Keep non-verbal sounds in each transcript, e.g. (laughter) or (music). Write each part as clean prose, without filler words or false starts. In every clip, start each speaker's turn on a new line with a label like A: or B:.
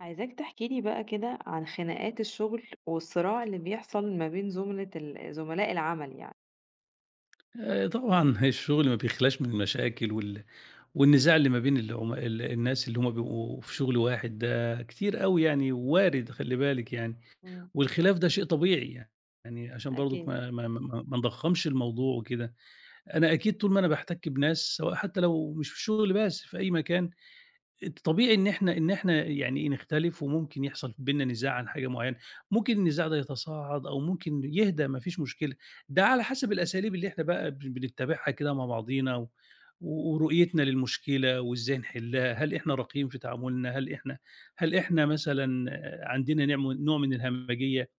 A: عايزاك تحكي لي بقى كده عن خناقات الشغل والصراع اللي بيحصل ما بين زملة ال زملاء العمل يعني.
B: طبعًا (laughs) الشغل ما بيخلاش من المشاكل والنزاع اللي ما بين العم ال الناس اللي هم بيبقوا في شغل واحد، ده كتير أوي يعني وارد، خلّي بالِك يعني،
A: إمم.
B: والخلاف ده شيء طبيعي يعني، عشان برضُك
A: أكيد.
B: ما نضخّمش الموضوع وكده. أنا أكيد طول ما أنا باحتَك بناس، سواء حتى لو مش في الشغل بس، في أي مكان طبيعي إن إحنا يعني نختلف، وممكن يحصل بيننا نزاع عن حاجة معيّنة، ممكن النزاع ده يتصاعد أو ممكن يهدى، ما فيش مشكلة. ده على حسب
A: إمم.
B: الأساليب اللي إحنا بقى بنتّبعها كده مع بعضينا، ورؤيتنا للمشكلة وإزاي نحلّها. هل إحنا راقيين في تعاملنا؟ هل إحنا مثلًا عندنا، نعم، نوع من الهمجية؟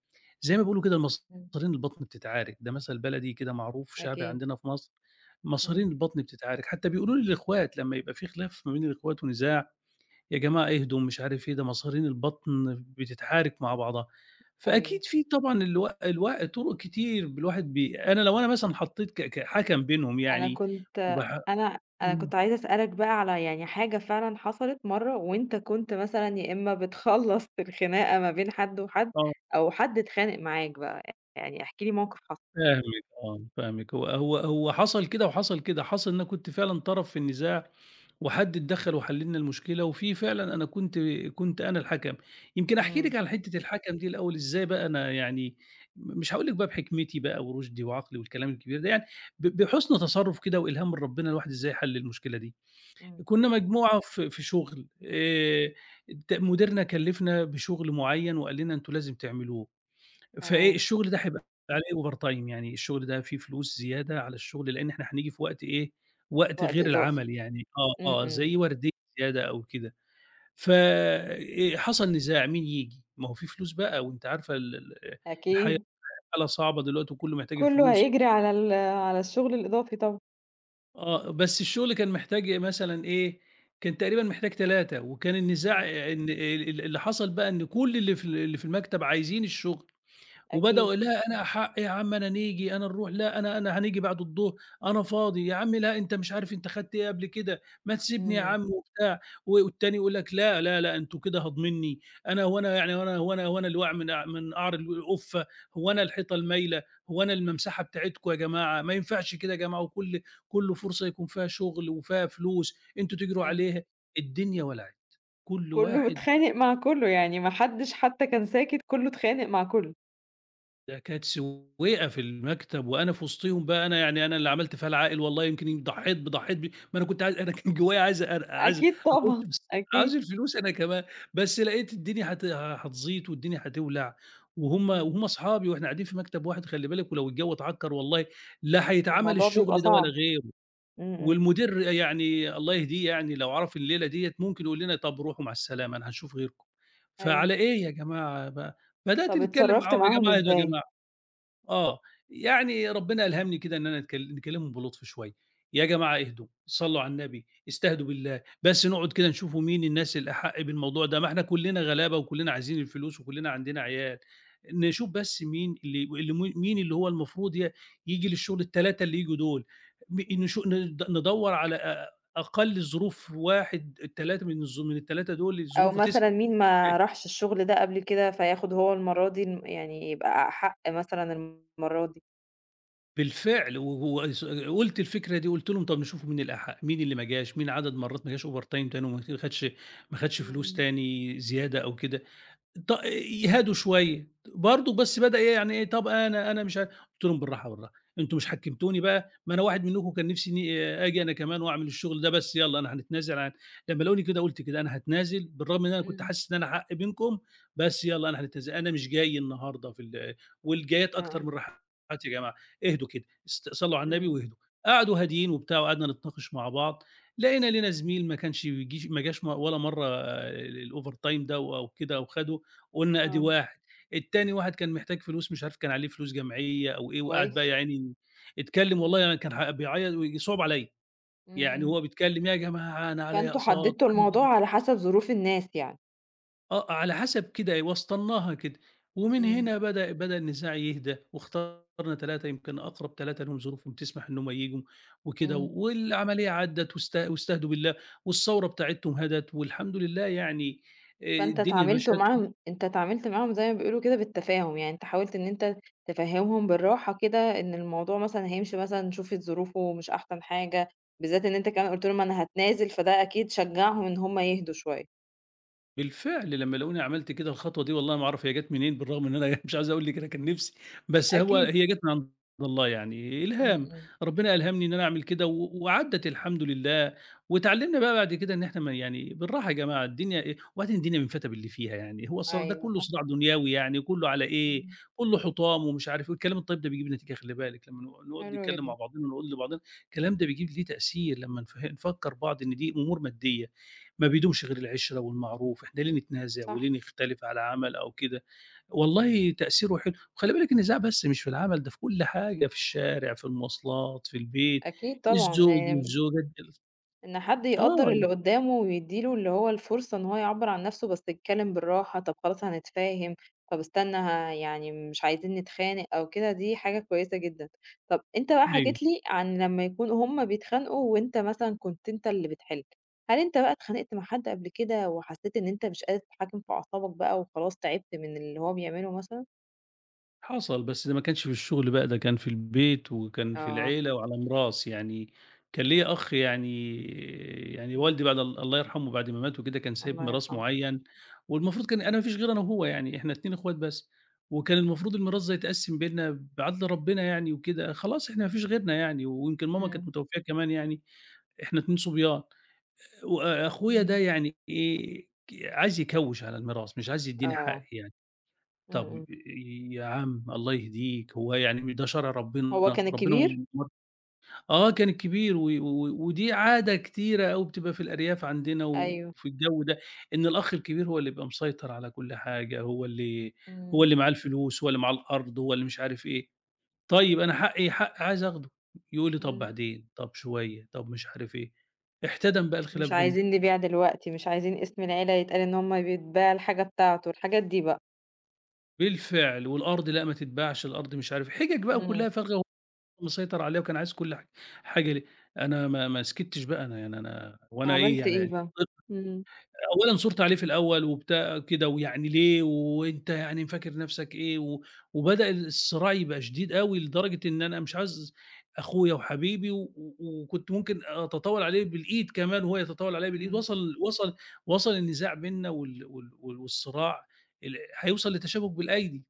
B: زي ما بيقولوا كده،
A: إمم.
B: المصارين البطن بتتعارك، ده مثل بلدي كده معروف شعبي
A: أكيد.
B: عندنا في مصر،
A: إمم.
B: مصارين البطن بتتعارك. حتى بيقولوا للإخوات لمّا يبقى في خلاف ما بين الإخوات ونزاع: يا جماعة اهدوا ومش عارف إيه، ده مصارين البطن بتتحارك مع بعضها.
A: أيوه.
B: فأكيد في طبعًا الو الو طُرق كتير، ب الواحد بي أنا لو أنا مثلًا حطّيت كحَكَم بينهم
A: أنا
B: يعني.
A: كنت
B: وبح
A: أنا
B: إمم،
A: كنت عايزة أسألك بقى على يعني حاجة فعلًا حصلت مرّة وأنت كنت مثلًا يا إمّا بتخلّص (laughs) الخناقة ما بين حد وحد
B: آه،
A: أو حد اتخانق معاك بقى، يعني احكِ لي موقف حصل.
B: فاهمِك، آه، فاهمِك. هو حصل كده وحصل كده، حصل إن أنا كنت فعلًا طرف في النزاع وحد اتدخّل وحَل لنا المشكلة، وفي فعلًا أنا كنت أنا الحَكَم. يمكن أحكي
A: إمم.
B: لِك على حتّة الحَكَم دي الأول، إزاي بقى أنا يعني مش هاقول لِك بقى بحِكمتي بقى ورُشدي وعقلي والكلام الكبير ده، يعني بحُسن تصرُّف كده وإلهام من ربنا، الواحد إزاي حَل المشكلة دي.
A: إمم.
B: كُنّا مجموعة في شُغل، الت مديرنا كلّفنا بشُغل معيّن وقال لنا أنتم لازم تعملوه. فإيه،
A: تمام.
B: الشغل ده هيبقى عليه overtime، يعني الشغل ده فيه فلوس زيادة على الشغل، لإن إحنا هنيجي في وقت إيه، وقت
A: وقت
B: غير
A: إضافي.
B: العمل، يعني آه،
A: إمم،
B: آه،
A: إمم.
B: زي وردية زيادة أو كده. ف حصل نزاع مين ييجي، ما هو في فلوس بقى وأنتِ عارفة ال ال الحياة،
A: أكيد.
B: حالة صعبة دلوقتي وكلّه محتاج
A: كله
B: الفلوس.
A: هيجري على على الشغل الإضافي طبعًا،
B: آه، بس الشغل كان محتاج مثلًا إيه، كان تقريبًا محتاج 3، وكان النزاع
A: إمم،
B: إن اللي حصل بقى إن كل اللي في المكتب عايزين الشغل.
A: أكيد.
B: وبدأوا: "لأ، أنا أحق يا عم، أنا نيجي، أنا نروح، لأ، أنا هنيجي بعد الضهر، أنا فاضي، يا عم لأ، أنت مش عارف أنت خدت إيه قبل كده، ما تسيبني يا
A: إمم،
B: عم." وبتاع. والتاني يقول لك: "لأ، لا، لأ، أنتم كده هاضمني، أنا هو أنا يعني هو أنا اللي واقع من من قعر القفة، هو أنا الحيطة المايلة، هو أنا الممسحة بتاعتكم يا جماعة، ما ينفعش كده يا جماعة، وكل فرصة يكون فيها شغل وفيها فلوس، أنتم تجروا
A: أيوه.
B: عليها." الدنيا ولعت، كل
A: كله
B: واحد.
A: اتخانق مع كله، يعني ما حدش حتى كان ساكت، كله اتخانق مع كله.
B: ده كانت سويقة في المكتب، وأنا في وسطيهم، بقى أنا يعني أنا اللي عملت فيها العاقل، والله يمكن ضحّيت ب ضحّيت ب ما أنا كنت عايز، أنا كان جوايا عايز عايز
A: أكيد
B: أخُش
A: طبعًا،
B: بس،
A: أكيد.
B: عايز الفلوس أنا كمان، بس لقيت الدنيا هتزيط والدنيا هتولع، وهُم
A: إمم.
B: وهُم أصحابي وإحنا قاعدين في مكتب واحد خلّي بالك، ولو الجو اتعكّر والله لا هيتعمل
A: الموضوع بيبقى
B: الشغل ده ولا
A: صعب.
B: غيره.
A: إمم، إمم.
B: والمدير يعني الله يهديه، يعني لو عرف الليلة ديّة ممكن يقول لنا طَب روحوا مع السلامة، أنا هاشوف غيركم.
A: أيوه.
B: فعلى إيه يا جماعة بقى؟ بدأت
A: طب
B: نتكلّم
A: اتصرّفت
B: معاهم: يا
A: معاهم
B: جماعة اهدوا يا
A: إزاي؟
B: جماعة. آه، يعني ربنا ألهمني كده، إن أنا نكلمهم بلطف شوية، يا جماعة اهدوا، صلّوا على النبي، استهدوا بالله، بس نقعد كده
A: إمم،
B: نشوفوا مين الناس الأحق بالموضوع ده، ما إحنا كلنا غلابة وكلنا عايزين الفلوس وكلنا عندنا عيال، نشوف بس مين اللي اللي م مين اللي هو المفروض ييجي للشغل، ال3 اللي ييجوا دول، م
A: إمم.
B: نشو ند ندوّر على أقل ظروف واحد، ال3 من ال3 دول
A: أو
B: ظروفه تسمح.
A: مثلًا مين ما راحش الشغل ده قبل كده، فياخد هو المرّة دي يعني يبقى أحق مثلًا المرّة دي؟
B: بالفعل، و وس قُلت الفكرة دي، قُلت لهم: طَب نشوفوا مين الأحق، مين اللي ما جاش، مين عدد مرّات ما جاش overtime تاني وما خدش ما خدش
A: إمم،
B: فلوس
A: إمم،
B: تاني زيادة أو كده، يهادوا شوية، برضه بس بدأ إيه يعني إيه: "طَب أنا، أنا مش ع..." قُلت لهم: "بالراحة، بالراحة، أنتم مش حكّمتوني بقى، ما أنا واحد منكم كان نِفْسي إني آه، آجي أنا كمان وأعمل الشغل ده، بس يالّا أنا هنتنازل عن..." لمّا لقوني كده قُلت كده، أنا هاتنازل، بالرغم إن أنا كنت
A: إمم،
B: حاسس إن أنا حق بينكم، بس يالّا أنا هانتنازل، أنا مش جاي النهارده في ال والجايات
A: آه،
B: أكتر من راحات يا جماعة، اهدوا كده، صلّوا على النبي
A: إمم،
B: واهدوا." قعدوا هاديين وبتاع، وقعدنا نتناقش مع بعض، لقينا لينا زميل ما كانش بيجيش، ما جاش ولا مرّة الovertime ده أو كده أو خَده، قُلنا أدي
A: آه،
B: واحد. التاني واحد كان محتاج فلوس، مش عارف، كان عليه فلوس جمعية أو إيه، وقعد بقى
A: كويس،
B: يا عيني اتكلم، والله
A: إمم،
B: يعني كان بيعيط ويصعب عليَّ،
A: إمم،
B: يعني
A: إمم.
B: هو بيتكلم: يا جماعة أنا عليَّ
A: فأنتم
B: أقساط
A: حددتوا
B: عندي.
A: الموضوع على حسب ظروف الناس يعني.
B: آه، على حسب كده وسطناها كده، ومن
A: إمم،
B: هنا بدأ النزاع يهدى، واخترنا 3، يمكن أقرب 3 لهم ظروفهم تسمح إن هم ييجوا وكده،
A: إمم.
B: والعملية عدّت، واستهدوا بالله، والثورة بتاعتهم هدت والحمد لله، يعني
A: فأنت
B: الدنيا
A: اتعاملت
B: مشت.
A: معاهم أنت اتعاملت معاهم زي ما بيقولوا كده بالتفاهم، يعني أنت حاولت إن أنت تفهّمهم بالراحة كده إن الموضوع مثلًا هيمشي مثلًا شوفِت ظروفه مش أحسن حاجة، بالذات إن أنت كمان قُلت لهم أنا هاتنازل، فده أكيد شجّعهم إن هم يهدوا شوية.
B: بالفعل لمّا لقوني عملت كده الخطوة دي، والله ما أعرف هي جات منين، بالرغم إن أنا (laughs) مش عايز أقول لِك أنا كان نفسي، بس
A: أكيد.
B: هي جات من عند الله، يعني
A: إمم،
B: إلهام.
A: إمم.
B: ربنا ألهمني إن أنا أعمل كده، وعدّت الحمد لله، واتعلمنا بقى بعد كده إن إحنا ما يعني، بالراحة يا جماعة، الدنيا إيه وبعدين، الدنيا بنفتى باللي فيها يعني، هو الصرا ده
A: أيوه
B: كُلّه
A: صح.
B: صراع دنيوي يعني كُلّه على إيه،
A: إمم،
B: كُلّه حطام ومش عارف إيه، والكلام الطيب ده بيجيب نتيجة خلّي بالِك، لمّا نقعد
A: حلو
B: نتكلم مع
A: جدًا.
B: بعضنا ونقول لبعضنا الكلام ده بيجيب ليه تأثير لمّا نفكّر بعض إن دي أمور مادية. ما بيدومش غير العِشرة والمعروف، إحنا ليه نتنازع
A: صح،
B: وليه نختلف على عمل أو كده، والله تأثيره حلو. وخلّي بالِك النزاع بس مش في العمل، ده في كل حاجة، في الشارع، في المواصلات، في البيت،
A: أكيد
B: الزوج
A: طبعًا.
B: والزوجة،
A: إن حد يقدّر
B: آه،
A: اللي قدّامه ويدّي له اللي هو الفرصة إن هو يعبّر عن نَفْسه، بس يتكلّم بالراحة، طَب خلاص هنتفاهم، طَب استنى يعني مش عايزين نتخانق أو كده، دي حاجة كويسة جدًا. طَب أنت بقى
B: أيوه.
A: حكيت لي عن لمّا يكون هُم بيتخانقوا وأنت مثلًا كنت أنت اللي بتحِل، هل أنت بقى اتخانقت مع حد قبل كده وحسّيت إن أنت مش قادر تتحكّم في أعصابك بقى وخلاص تعبت من اللي هو بيعمله مثلًا؟
B: حصل، بس ده ما كانش في الشغل بقى، ده كان في البيت وكان في
A: آه،
B: العيلة وعلى ميراث، يعني كان ليّا أخ، يعني والدي
A: إمم،
B: بعد الله يرحمه بعد ما مات وكده كان سايب
A: الله
B: ميراث
A: يرحمه.
B: معيّن، والمفروض
A: إمم،
B: كان أنا ما فيش غير أنا وهو، يعني إحنا 2 اخوات بس، وكان المفروض الميراث ده يتقسّم بيننا بعدل ربنا يعني وكده، خلاص إحنا ما فيش غيرنا يعني، ويمكن ماما كانت
A: إمم،
B: متوفية كمان يعني، إحنا 2 صبيان، وأخويا ده
A: إمم،
B: يعني إيه، عايز يكوّش على الميراث، مش عايز يدّيني حقي
A: آه،
B: يعني.
A: إمم،
B: طب
A: إمم.
B: يا عم الله يهديك، هو يعني ده شرع
A: هو
B: ربنا،
A: كان
B: ربنا
A: الكبير؟
B: ما- آه كان الكبير، و و ودي عادة كتيرة أوي بتبقى في الأرياف عندنا
A: أيوه.
B: وفي الجو ده، إن الأخ الكبير هو اللي بيبقى مسيطر على كل حاجة، هو اللي هو
A: إمم،
B: اللي معاه الفلوس، هو اللي معاه الأرض، هو اللي مش عارف إيه. طيب أنا حقي حق عايز آخده، يقول لي طب
A: إمم.
B: بعدين، طب شوية، طب مش عارف إيه. احتدم بقى الخلاف
A: مش
B: بيننا،
A: عايزين نبيع دلوقتي، مش عايزين اسم العيلة يتقال إن هم بيتباع الحاجة بتاعته، الحاجات دي بقى.
B: بالفعل، والأرض لأ ما تتباعش، الأرض، مش عارف، حجج بقى
A: إمم.
B: كلها فارغة، مسيطر عليها وكان عايز كل حاجة، ليه؟ أنا ما سكتش بقى، أنا يعني أنا هو أنا إيه
A: عملت إيه
B: يعني.
A: بقى؟ إمم.
B: أولًا صُرت عليه في الأول وبتاع كده، ويعني ليه وأنت يعني مفكر نَفْسك إيه، وبدأ الصراع يبقى شديد أوي لدرجة إن أنا مش عايز أخويا وحبيبي، و و وكنت ممكن أتطاول عليه بالإيد كمان وهو يتطاول عليّا بالإيد،
A: إمم،
B: وصل النزاع بيننا والصراع هيوصل لتشابك بالأيدي.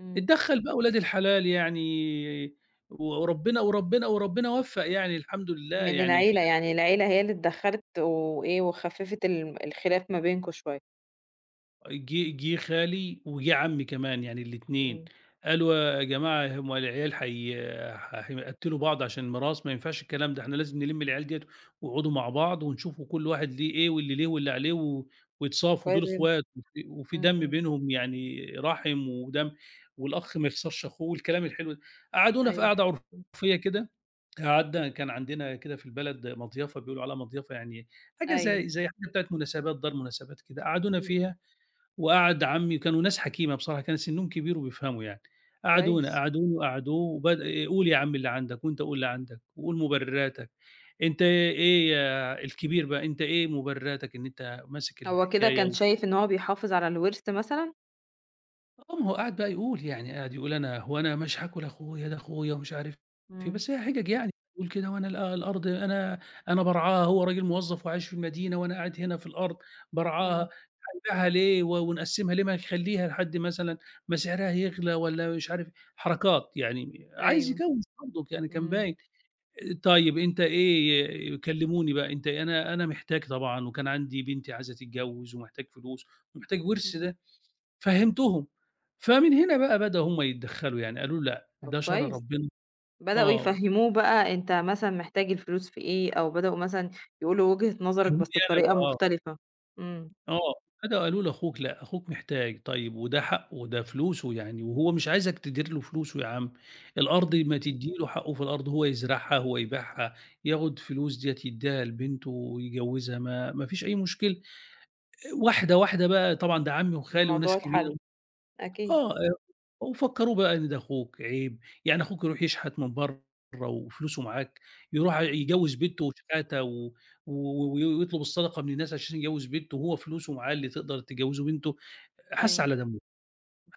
A: إمم.
B: اتدخّل بقى ولاد الحلال يعني، وربنا وفّق يعني الحمد لله،
A: من
B: يعني في،
A: العيلة، يعني العيلة هي اللي اتدخّلت وإيه، وخفّفت الخلاف ما بينكم شوية.
B: جه خالي وجه عمي كمان يعني الاتنين،
A: إمم.
B: قالوا: يا جماعة هم العيال حي ح هيقتلوا بعض عشان الميراث، ما ينفعش الكلام ده، إحنا لازم نلم العيال ديّة ويقعدوا مع بعض ونشوفوا كل واحد ليه إيه واللي ليه واللي عليه،
A: طب
B: ويتصافوا، دول
A: كويس جدًا.
B: إخوات وفي
A: إمم،
B: دم
A: إمم.
B: بينهم يعني رحم ودم، والأخ ما يخسرش أخوه والكلام الحلو ده. قعدونا في
A: أيوه،
B: قعدة
A: إمم،
B: عُرفية كده، قعدنا، كان عندنا كده في البلد مضيَفة بيقولوا عليها مضيَفة، يعني حاجة
A: أيوه،
B: زي حاجة بتاعة مناسبات، دار مناسبات كده، قعدونا
A: إمم، إمم،
B: فيها، وقعد عمي، وكانوا ناس حكيمة بصراحة، كان سنّهم كبير وبيفهموا يعني، قعدونا،
A: كويس.
B: قعدوني وقعدوه، قُل يا عم اللي عندك وأنت قُل اللي عندك وقُل مبرراتك، أنت إيه يا الكبير بقى، أنت إيه مبرراتك إن أنت ماسك
A: هو كده
B: الحكاية.
A: كان شايف إن هو بيحافظ على الوِرث مثلًا؟
B: آه، ما هو قعد بقى يقول، يعني قعد يقول: "أنا هو أنا مش هاكل أخويا، ده أخويا." ومش عارف إيه،
A: إمم،
B: بس هي حِجَج يعني، يقول كده: "وأنا الأرض أنا بارعاها، هو راجل موظّف وعايش في المدينة وأنا قاعد هنا في الأرض بارعاها،
A: إمم.
B: هنبيعها ليه ونقسّمها ليه، ما نخلّيها لحد مثلًا ما سعرها يغلى." والّا مش عارف إيه، حركات يعني، عايز
A: أيوه،
B: يكوّف برضه يعني كان
A: إمم،
B: باين. طيب أنت إيه؟ كلّموني بقى، أنت إيه؟ أنا محتاج طبعًا، وكان عندي بنتي عايزة تتجوّز ومحتاج فلوس ومحتاج ورث
A: إمم،
B: ده. فهّمتهم، فمن هنا بقى بدأوا هُم يتدخّلوا، يعني قالوا لأ،
A: طب
B: ده شرع
A: كويس.
B: ربنا.
A: بدأوا
B: آه،
A: يفهّموه بقى أنت مثلًا محتاج الفلوس في إيه، أو بدأوا مثلًا يقولوا وجهة نظرك
B: فهموني
A: بس
B: أنا
A: بطريقة
B: بقى.
A: مختلفة. إمم،
B: آه، آه، بدأوا قالوا لأخوك لأ، أخوك محتاج، طيب وده حقه، وده فلوسه يعني وهو مش عايزك تدير له فلوسه يا عم، الأرض
A: إمم،
B: ما تدّي له حقه في الأرض، هو يزرعها، هو يبيعها، ياخد فلوس ديّة يدّيها لبنته ويجوّزها، ما فيش أي مشكلة، واحدة، واحدة بقى طبعًا ده عمي وخالي وناس
A: الموضوع اتحل،
B: كبيرة.
A: أكيد،
B: آه، وفكّروه بقى إن ده أخوك، عيب، يعني أخوك يروح يشحت من برّه وفلوسه معاك، يروح
A: إمم،
B: يجوّز بنته وشحاتة و و ويطلب الصدقة من الناس عشان يجوّز بنته وهو فلوسه معاه اللي تقدر تجوّزه بنته، حَس
A: أيوه.
B: على دمُّه،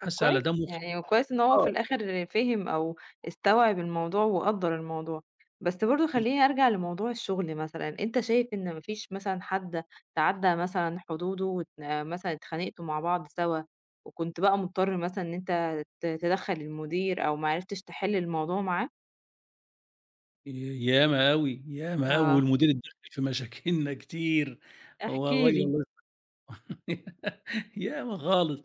A: طب
B: على
A: كويس،
B: دمُّه.
A: يعني كويس إن هو في
B: آه،
A: الآخر فِهم أو استوعب الموضوع وقدّر الموضوع. بس برضه خلّيني أرجع لموضوع الشغل مثلًا، أنت شايف إن ما فيش مثلًا حد تعدّى مثلًا حدوده آه مثلًا اتخانقتوا مع بعض سوا، وكنت بقى مضطر مثلًا إن أنت تدخّل المدير أو ما عرفتش تحل الموضوع معاه؟
B: ياما أوي، ياما أوي
A: آه،
B: والمدير اتدخّل في مشاكلنا كتير، هو
A: احكِ
B: الراجل
A: لي.
B: الله (laughs) ياما خالص.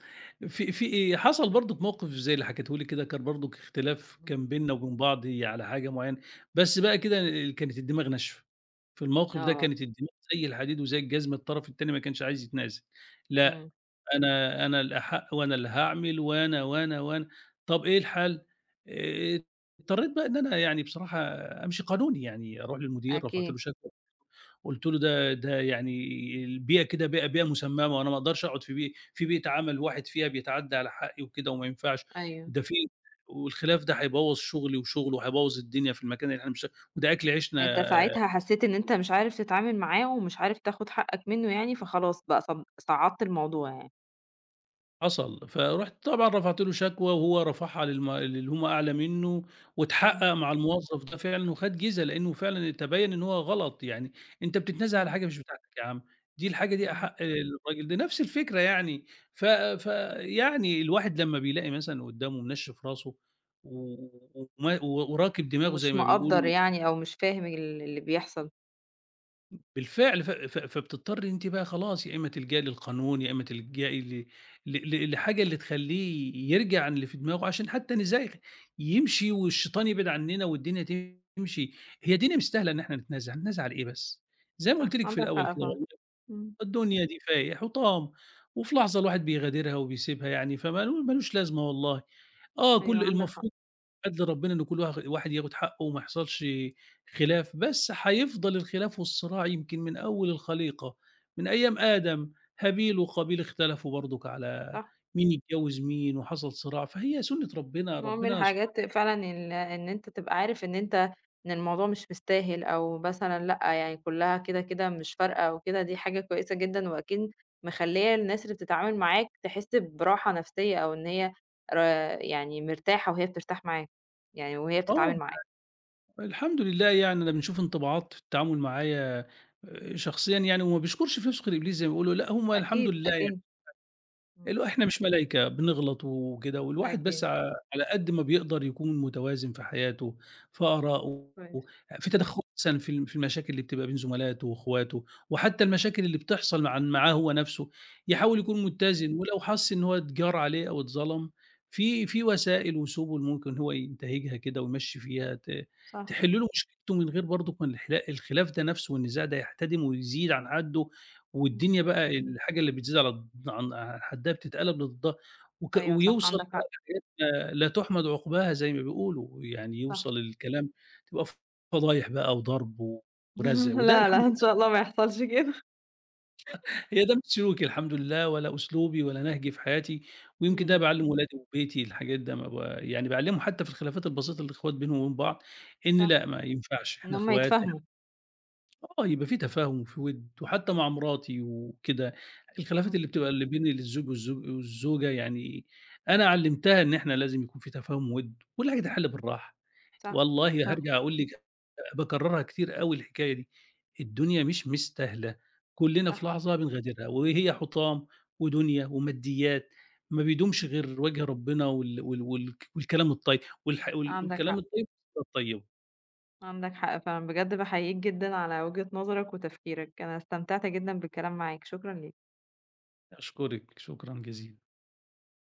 B: في إيه، حصل برضُك موقِف زي اللي حكيته لي كده، كان برضُك اختلاف
A: إمم.
B: كان بيننا وبين بعض على حاجة معيّنة، بس بقى كده كانت الدماغ ناشفة. في الموقِف ده
A: آه،
B: كانت الدماغ زي الحديد وزي الجزمة، الطرف التاني ما كانش عايز يتنازل. لأ،
A: إمم،
B: أنا الأحق وأنا اللي هاعمل وأنا، وأنا، وأنا. طَب إيه الحل؟ آآ، اضطريت بقى إن أنا يعني بصراحة أمشي قانوني، يعني أروح للمدير، رفعت له
A: أكيد،
B: شكوى. قُلت له: "ده ده يعني البيئة كده بيئة مسممة، وأنا ما أقدرش أقعد في في بيئة عمل الواحد فيها بيتعدى على حقي وكده وما ينفعش،
A: أيوه.
B: ده في والخلاف ده هيبوّظ شغلي وشغله، وهيبوّظ الدنيا في المكان اللي إحنا مش" وده أكل عيشنا.
A: أنت ساعتها حسّيت إن أنت مش عارف تتعامل معاه ومش عارف تاخُد حقّك منّه يعني، فخلاص بقى صعّدت الموضوع يعني.
B: حصل، فرُحت طبعًا رفعت له شكوى وهو رفعها للي هم أعلى منّه،
A: إمم،
B: واتحقق مع الموظف ده فعلًا وخد جِزا، لإنه فعلًا تبيّن إن هو غلط، يعني أنت بتتنازل على
A: إمم،
B: حاجة مش بتاعتك يا عم، دي الحاجة دي
A: إمم.
B: أحق الراجل ده، نفس الفكرة يعني. ف فيعني الواحد لمّا بيلاقي مثلًا قدّامه منشِّف راسه و وما و وراكب دماغه زي
A: مش
B: ما
A: مقدّر
B: بيقولوا
A: يعني أو مش فاهم اللي بيحصل،
B: بالفعل، ف ف فبتضطري أنتِ بقى خلاص يا إمّا تلجئي للقانون، يا إمّا تلجئي ل ل ل لحاجة اللي تخلّيه يرجع عن اللي في دماغه عشان حتى نزاغ يمشي والشيطان يبعد عنّنا والدنيا تمشي، هي الدنيا مستاهلة إن إحنا نتنازع، هنتنازع على إيه بس؟ زي ما قُلت
A: صح،
B: لِك في
A: عندك
B: الأول
A: حق
B: كده
A: فعلًا.
B: والله
A: إمم.
B: الدنيا دي فايح حطام، وفي لحظة الواحد بيغادرها وبيسيبها يعني فما ما لوش لازمة والله. آه،
A: أيوه،
B: كل
A: عندك حق،
B: المفروض عدل ربنا إن كل واحد ياخد حقه وما يحصلش خلاف، بس هيفضل الخلاف والصراع يمكن من أول الخليقة، من أيام آدم، هابيل وقابيل اختلفوا برضُك على
A: صح.
B: مين يتجوّز مين وحصل صراع، فهي سُنّة ربنا،
A: هو من
B: ربنا سبحانه.
A: الحاجات فعلًا إن أنت تبقى عارف إن أنت إن الموضوع مش مستاهل أو مثلًا لأ، يعني كلّها كده، كده مش فارقة أو كده، دي حاجة كويسة جدًا وأكيد مخلّية الناس اللي بتتعامل معاك تحس براحة نفسية أو إن هي ر يعني مرتاحة وهي بترتاح معاك، يعني وهي
B: آه،
A: بتتعامل معاك.
B: الحمد لله يعني أنا بنشوف انطباعات في التعامل معايا شخصيًا يعني وما بيشكرش في نفسه غير إبليس زي ما بيقولوا، لأ هم الحمد
A: أكيد،
B: لله يعني.
A: أكيد.
B: الو
A: إمم.
B: إحنا مش ملايكة، بنغلط وكده، والواحد بس
A: أكيد.
B: على قد ما بيقدر يكون متوازن في حياته، في آرائه،
A: كويس.
B: في تدخُّل مثلًا في في المشاكل اللي بتبقى بين زملاته وأخواته، وحتى المشاكل اللي بتحصل معاه هو نَفْسه، يحاول يكون
A: إمم.
B: متّزن، ولو حَس إن هو اتجار عليه أو اتظلم، في وسائل وسُبُل ممكن هو ينتهجها كده ويمشّي فيها
A: صح.
B: تحِل له مشكلته من غير برضه ما الحلا الخلاف ده نَفْسه والنزاع ده يحتدم ويزيد عن حده
A: إمم.
B: والدنيا بقى الحاجة اللي بتزيد على الض عن عن حدّها بتتقلب لضدها،
A: أيوه صح،
B: ويوصل
A: عندك
B: بقى
A: حق.
B: لحاجات ما لا تُحمد عُقباها زي ما بيقولوا، يعني
A: صح.
B: يوصل الكلام تبقى فضايح بقى وضرب ورزع،
A: (laughs)
B: وده
A: لا،
B: الحمد
A: لا، إن
B: لله
A: شاء الله ما يحصلش كده.
B: هي ده مش سلوكي الحمد لله ولا أسلوبي ولا نهجي في حياتي،
A: إمم،
B: ويمكن ده
A: إمم.
B: باعلّم ولادي وبيتي الحاجات ده ما ب يعني باعلّمهم حتى في الخلافات البسيطة اللي الإخوات بينهم وبين بعض، إن
A: صح.
B: لأ ما ينفعش
A: إن
B: إحنا
A: هم
B: إخوات.
A: يتفاهموا.
B: آه، يبقى في تفاهم وفي وِد، وحتى مع مراتي وكده، الخلافات
A: إمم.
B: اللي بتبقى اللي بين الزوج والزوجة يعني أنا علّمتها إن إحنا لازم يكون في تفاهم وِد، كل حاجة تتحل بالراحة،
A: صح،
B: والله
A: صح،
B: هارجع أقول لِك باكررها كتير أوي الحكاية دي، الدنيا مش مستاهلة، كلّنا في
A: صح.
B: لحظة بنغادرها، وهي حُطام ودنيا وماديات، ما بيدومش غير وجه ربنا والكلام الطيب والح وال
A: عندك
B: والكلام
A: حق،
B: الطيب والصلة الطيبة،
A: عندك حق فعلًا. بجد باحييك جدًا على وجهة نظرك وتفكيرك. أنا استمتعت جدًا بالكلام معاك، شكرًا ليك.
B: أشكرِك، شكرًا جزيلًا.